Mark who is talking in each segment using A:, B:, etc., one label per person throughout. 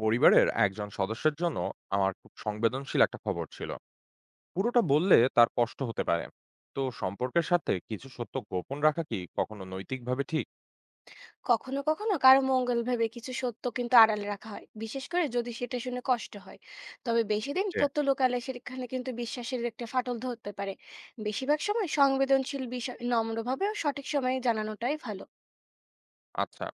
A: পরিবারের একজন সদস্যের জন্য আমার খুব সংবেদনশীল একটা খবর ছিল। পুরোটা বললে তার কষ্ট হতে পারে। তো সম্পর্কের সাথে কিছু সত্য গোপন রাখা কি কখনো নৈতিকভাবে ঠিক?
B: কখনো কখনো কারো মঙ্গল ভেবে কিছু সত্য কিন্তু আড়ালে রাখা হয়, বিশেষ করে যদি সেটা শুনে কষ্ট হয়। তবে বেশি দিন
A: যে,
B: সত্য লোকালে সেখানে কিন্তু বিশ্বাসের একটা ফাটল ধরতে পারে। বেশিরভাগ সময় সংবেদনশীল বিষয় নম্রভাবে ও সঠিক সময়ে জানানোটাই ভালো।
A: আচ্ছা,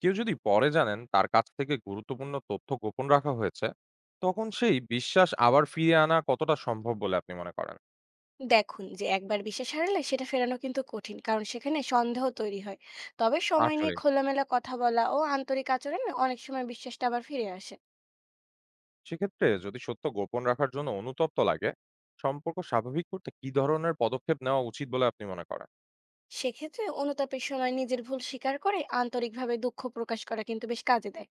A: কেউ যদি পরে জানেন তার কাছ থেকে গুরুত্বপূর্ণ তথ্য গোপন রাখা হয়েছে, তখন সেই বিশ্বাস আবার ফিরিয়ে আনা কতটা সম্ভব বলে আপনি মনে করেন?
B: দেখুন, যে একবার বিশ্বাস হারালে সেটা ফেরানো কিন্তু কঠিন, কারণ সেখানে সন্দেহ তৈরি হয়। তবে সময় নিয়ে
A: আসলে
B: খোলামেলা কথা বলা ও আন্তরিক আচরণে অনেক সময় বিশ্বাসটা আবার ফিরে আসে।
A: সেক্ষেত্রে যদি সত্য গোপন রাখার জন্য অনুতপ্ত লাগে, সম্পর্ক স্বাভাবিক করতে কি ধরনের পদক্ষেপ নেওয়া উচিত বলে আপনি মনে করেন?
B: সেক্ষেত্রে অনুতাপের সময় নিজের ভুল স্বীকার করে আন্তরিকভাবে দুঃখ প্রকাশ করা কিন্তু বেশ কাজে দেয়।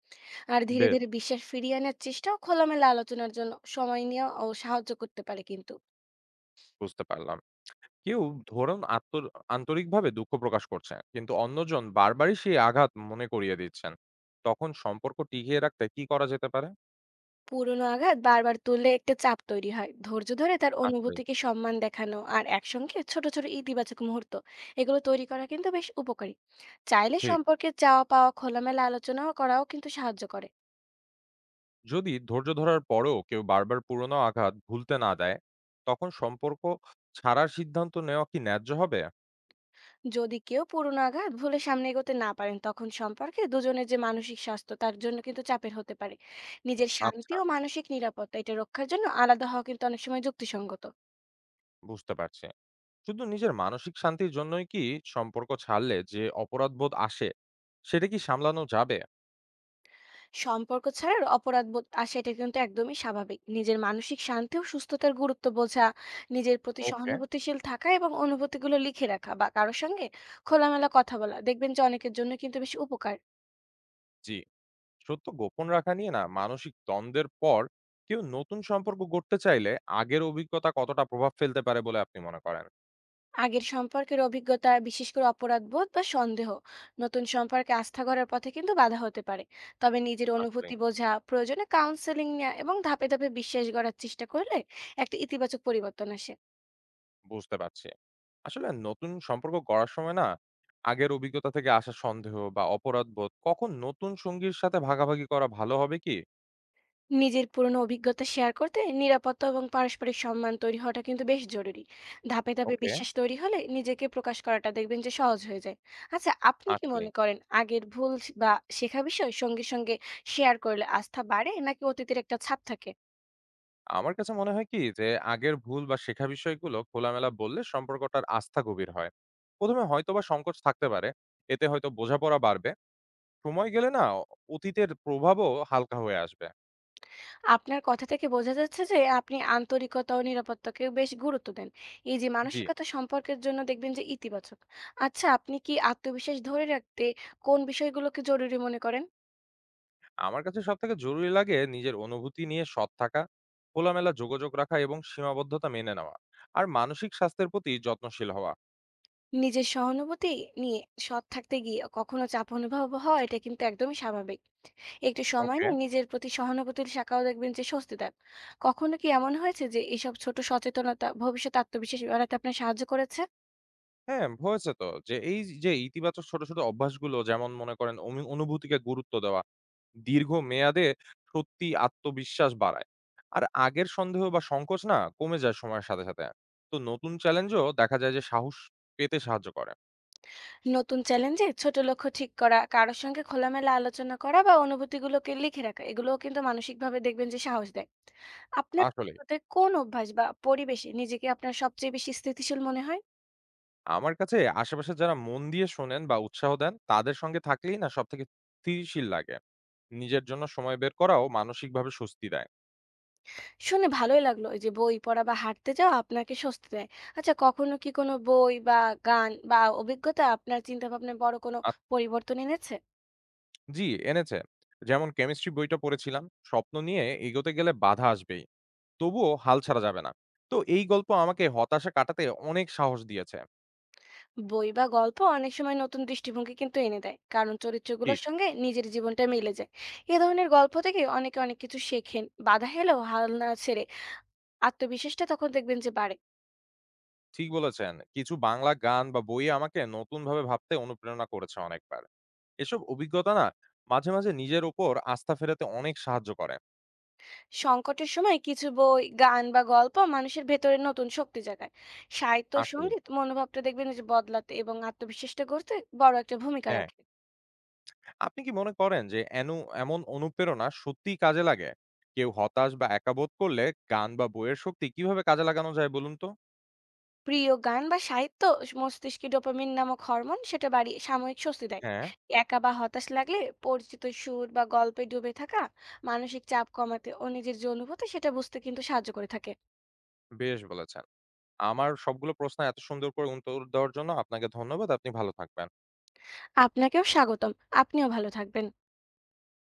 B: আর ধীরে
A: বেশ,
B: ধীরে বিশ্বাস ফিরিয়ে আনার চেষ্টা ও খোলামেলা আলোচনার জন্য সময় নেওয়া ও সাহায্য করতে পারে কিন্তু।
A: বুঝতে পারলাম। কেউ ধরুন আন্তরিকভাবে দুঃখ প্রকাশ করছে, কিন্তু অন্যজন বারবারই সেই আঘাত মনে করিয়ে দিচ্ছেন। তখন সম্পর্ক টিকিয়ে রাখতে কি করা যেতে পারে?
B: পুরনো আঘাত বারবার তুললে একটা চাপ তৈরি হয়। ধৈর্য ধরে তার
A: আসলেই,
B: অনুভূতিকে সম্মান দেখানো আর একসঙ্গে ছোট ছোট ইতিবাচক মুহূর্ত এগুলো তৈরি করা কিন্তু বেশ উপকারী। চাইলে
A: ঠিক।
B: সম্পর্কে চাওয়া পাওয়া খোলামেলা আলোচনাও করাও কিন্তু সাহায্য করে।
A: যদি ধৈর্য ধরার পরেও কেউ বারবার পুরনো আঘাত ভুলতে না দেয়, তখন সম্পর্ক ছাড়ার সিদ্ধান্ত নেওয়া কি ন্যায্য হবে?
B: যদি কেউ পুরনো আঘাত ভুলে সামনে এগোতে না পারেন, তখন সম্পর্কে দুজনের যে মানসিক স্বাস্থ্য তার জন্য কিন্তু চাপের হতে পারে। নিজের শান্তি
A: আচ্ছা,
B: ও মানসিক নিরাপত্তা এটা রক্ষার জন্য আলাদা হওয়া কিন্তু অনেক সময় যুক্তিসঙ্গত।
A: বুঝতে পারছি। শুধু নিজের মানসিক শান্তির জন্যই কি সম্পর্ক ছাড়লে যে অপরাধবোধ আসে, সেটা কি সামলানো যাবে?
B: সম্পর্ক ছাড়ার অপরাধ বোধ আসে, এটা কিন্তু একদমই স্বাভাবিক। নিজের মানসিক শান্তি ও সুস্থতার গুরুত্ব বোঝা, নিজের প্রতি
A: ওকে,
B: সহানুভূতিশীল থাকা এবং অনুভূতিগুলো লিখে রাখা বা কারোর সঙ্গে খোলামেলা কথা বলা দেখবেন যে অনেকের জন্য কিন্তু বেশ উপকার।
A: জি। সত্য গোপন রাখা নিয়ে না মানসিক দ্বন্দ্বের পর কেউ নতুন সম্পর্ক গড়তে চাইলে আগের অভিজ্ঞতা কতটা প্রভাব ফেলতে পারে বলে আপনি মনে করেন?
B: আগের সম্পর্কের অভিজ্ঞতা, বিশেষ করে অপরাধ বোধ বা সন্দেহ, নতুন সম্পর্কে আস্থা গড়ার পথে কিন্তু বাধা হতে পারে। তবে নিজের
A: আসলে
B: অনুভূতি বোঝা, প্রয়োজনে কাউন্সেলিং নেওয়া এবং ধাপে ধাপে বিশ্বাস গড়ার চেষ্টা করলে একটা ইতিবাচক পরিবর্তন আসে।
A: বুঝতে পারছি। আসলে নতুন সম্পর্ক গড়ার সময় না আগের অভিজ্ঞতা থেকে আসা সন্দেহ বা অপরাধ বোধ কখন নতুন সঙ্গীর সাথে ভাগাভাগি করা ভালো হবে কি?
B: নিজের পুরনো অভিজ্ঞতা শেয়ার করতে নিরাপত্তা এবং পারস্পরিক সম্মান তৈরি হওয়াটা কিন্তু বেশ জরুরি। ধাপে ধাপে
A: ওকে।
B: বিশ্বাস তৈরি হলে নিজেকে প্রকাশ করাটা দেখবেন যে সহজ হয়ে যায়। আচ্ছা, আপনি কি
A: আসলে
B: মনে করেন আগের ভুল বা শেখা বিষয় সঙ্গে সঙ্গে শেয়ার করলে আস্থা বাড়ে, নাকি অতীতের একটা ছাপ থাকে?
A: আমার কাছে মনে হয় কি যে আগের ভুল বা শেখা বিষয়গুলো খোলামেলা বললে সম্পর্কটার আস্থা গভীর হয়। প্রথমে হয়তোবা সংকোচ থাকতে পারে, এতে হয়তো বোঝাপড়া বাড়বে। সময় গেলে না অতীতের প্রভাবও হালকা হয়ে আসবে।
B: আপনার কথা থেকে বোঝা যাচ্ছে যে আপনি আন্তরিকতা ও নিরাপত্তাকে বেশ গুরুত্ব দেন। এই যে
A: জি,
B: মানসিকতা সম্পর্কের জন্য দেখবেন যে ইতিবাচক। আচ্ছা, আপনি কি আত্মবিশ্বাস ধরে রাখতে কোন বিষয়গুলোকে জরুরি মনে করেন?
A: আমার কাছে সবথেকে জরুরি লাগে নিজের অনুভূতি নিয়ে সৎ থাকা, খোলামেলা যোগাযোগ রাখা এবং সীমাবদ্ধতা মেনে নেওয়া। আর মানসিক স্বাস্থ্যের প্রতি যত্নশীল হওয়া।
B: নিজের সহানুভূতি নিয়ে সৎ থাকতে গিয়ে কখনো চাপ অনুভব হয়, এটা কিন্তু একদমই স্বাভাবিক। একটু সময়
A: ওকে।
B: নিয়ে নিজের প্রতি সহানুভূতির শাখাও দেখবেন যে স্বস্তি দেন। কখনো কি এমন হয়েছে যে এসব ছোট সচেতনতা ভবিষ্যতে আত্মবিশ্বাস বাড়াতে আপনার সাহায্য করেছে?
A: হ্যাঁ, হয়েছে তো যে এই যে ইতিবাচক ছোট, ছোট অভ্যাসগুলো যেমন মনে করেন অনুভূতিকে গুরুত্ব দেওয়া, দীর্ঘ মেয়াদে সত্যি আত্মবিশ্বাস বাড়ায়। আর আগের সন্দেহ বা সংকোচ না কমে যায় সময়ের সাথে, সাথে। তো নতুন চ্যালেঞ্জও দেখা যায় যে সাহস পেতে সাহায্য করে।
B: নতুন চ্যালেঞ্জে ছোট লক্ষ্য ঠিক করা, কারোর সঙ্গে খোলামেলা আলোচনা করা বা অনুভূতিগুলোকে লিখে রাখা এগুলোও কিন্তু মানসিকভাবে দেখবেন যে সাহস দেয়। আপনার
A: আসলেই।
B: মতে কোন অভ্যাস বা পরিবেশে নিজেকে আপনার সবচেয়ে বেশি স্থিতিশীল মনে হয়?
A: আমার কাছে আশেপাশে যারা মন দিয়ে শোনেন বা উৎসাহ দেন তাদের সঙ্গে থাকলেই না সবথেকে স্থিতিশীল লাগে। নিজের জন্য সময় বের করাও মানসিকভাবে স্বস্তি দেয়।
B: শুনে ভালোই লাগলো এই যে বই পড়া বা হাঁটতে যাওয়া আপনাকে স্বস্তি দেয়। আচ্ছা, কখনো কি কোনো বই বা গান বা অভিজ্ঞতা আপনার চিন্তা ভাবনায় বড় কোনো
A: আ-
B: পরিবর্তন এনেছে?
A: জি, এনেছে। যেমন কেমিস্ট্রি বইটা পড়েছিলাম, স্বপ্ন নিয়ে এগোতে গেলে বাধা আসবেই, তবুও হাল ছাড়া যাবে না। তো এই গল্প আমাকে হতাশা কাটাতে অনেক সাহস দিয়েছে।
B: বই বা গল্প অনেক সময় নতুন দৃষ্টিভঙ্গি কিন্তু এনে দেয়, কারণ চরিত্রগুলোর
A: ঠিক।
B: সঙ্গে নিজের জীবনটা মিলে যায়। এ ধরনের গল্প থেকে অনেকে অনেক কিছু শেখেন। বাধা এলেও হাল না ছেড়ে আত্মবিশ্বাসটা তখন দেখবেন যে বাড়ে।
A: ঠিক বলেছেন, কিছু বাংলা গান বা বই আমাকে নতুন ভাবে ভাবতে অনুপ্রেরণা করেছে অনেকবার। এসব অভিজ্ঞতা না মাঝে মাঝে নিজের উপর আস্থা ফেরাতে অনেক সাহায্য করে।
B: সংকটের সময় কিছু বই, গান বা গল্প মানুষের ভেতরে নতুন শক্তি জাগায়। সাহিত্য,
A: আসলে
B: সঙ্গীত মনোভাবটা দেখবেন যে বদলাতে এবং আত্মবিশ্বাসটা গড়তে বড় একটা ভূমিকা
A: হ্যাঁ,
B: রাখে।
A: আপনি কি মনে করেন যে এমন অনুপ্রেরণা সত্যিই কাজে লাগে? কেউ হতাশ বা একা বোধ করলে গান বা বইয়ের শক্তি কিভাবে কাজে লাগানো যায় বলুন তো?
B: প্রিয় গান বা সাহিত্য মস্তিষ্কে ডোপামিন নামক হরমোন সেটা বাড়িয়ে সাময়িক স্বস্তি দেয়।
A: হ্যাঁ,
B: একা বা হতাশ লাগলে পরিচিত সুর বা গল্পে ডুবে থাকা মানসিক চাপ কমাতে ও নিজের যে অনুভূতি সেটা বুঝতে কিন্তু সাহায্য করে থাকে।
A: বেশ বলেছেন। আমার সবগুলো প্রশ্ন এত সুন্দর করে উত্তর দেওয়ার জন্য আপনাকে ধন্যবাদ। আপনি ভালো থাকবেন।
B: আপনাকেও স্বাগতম। আপনিও ভালো থাকবেন।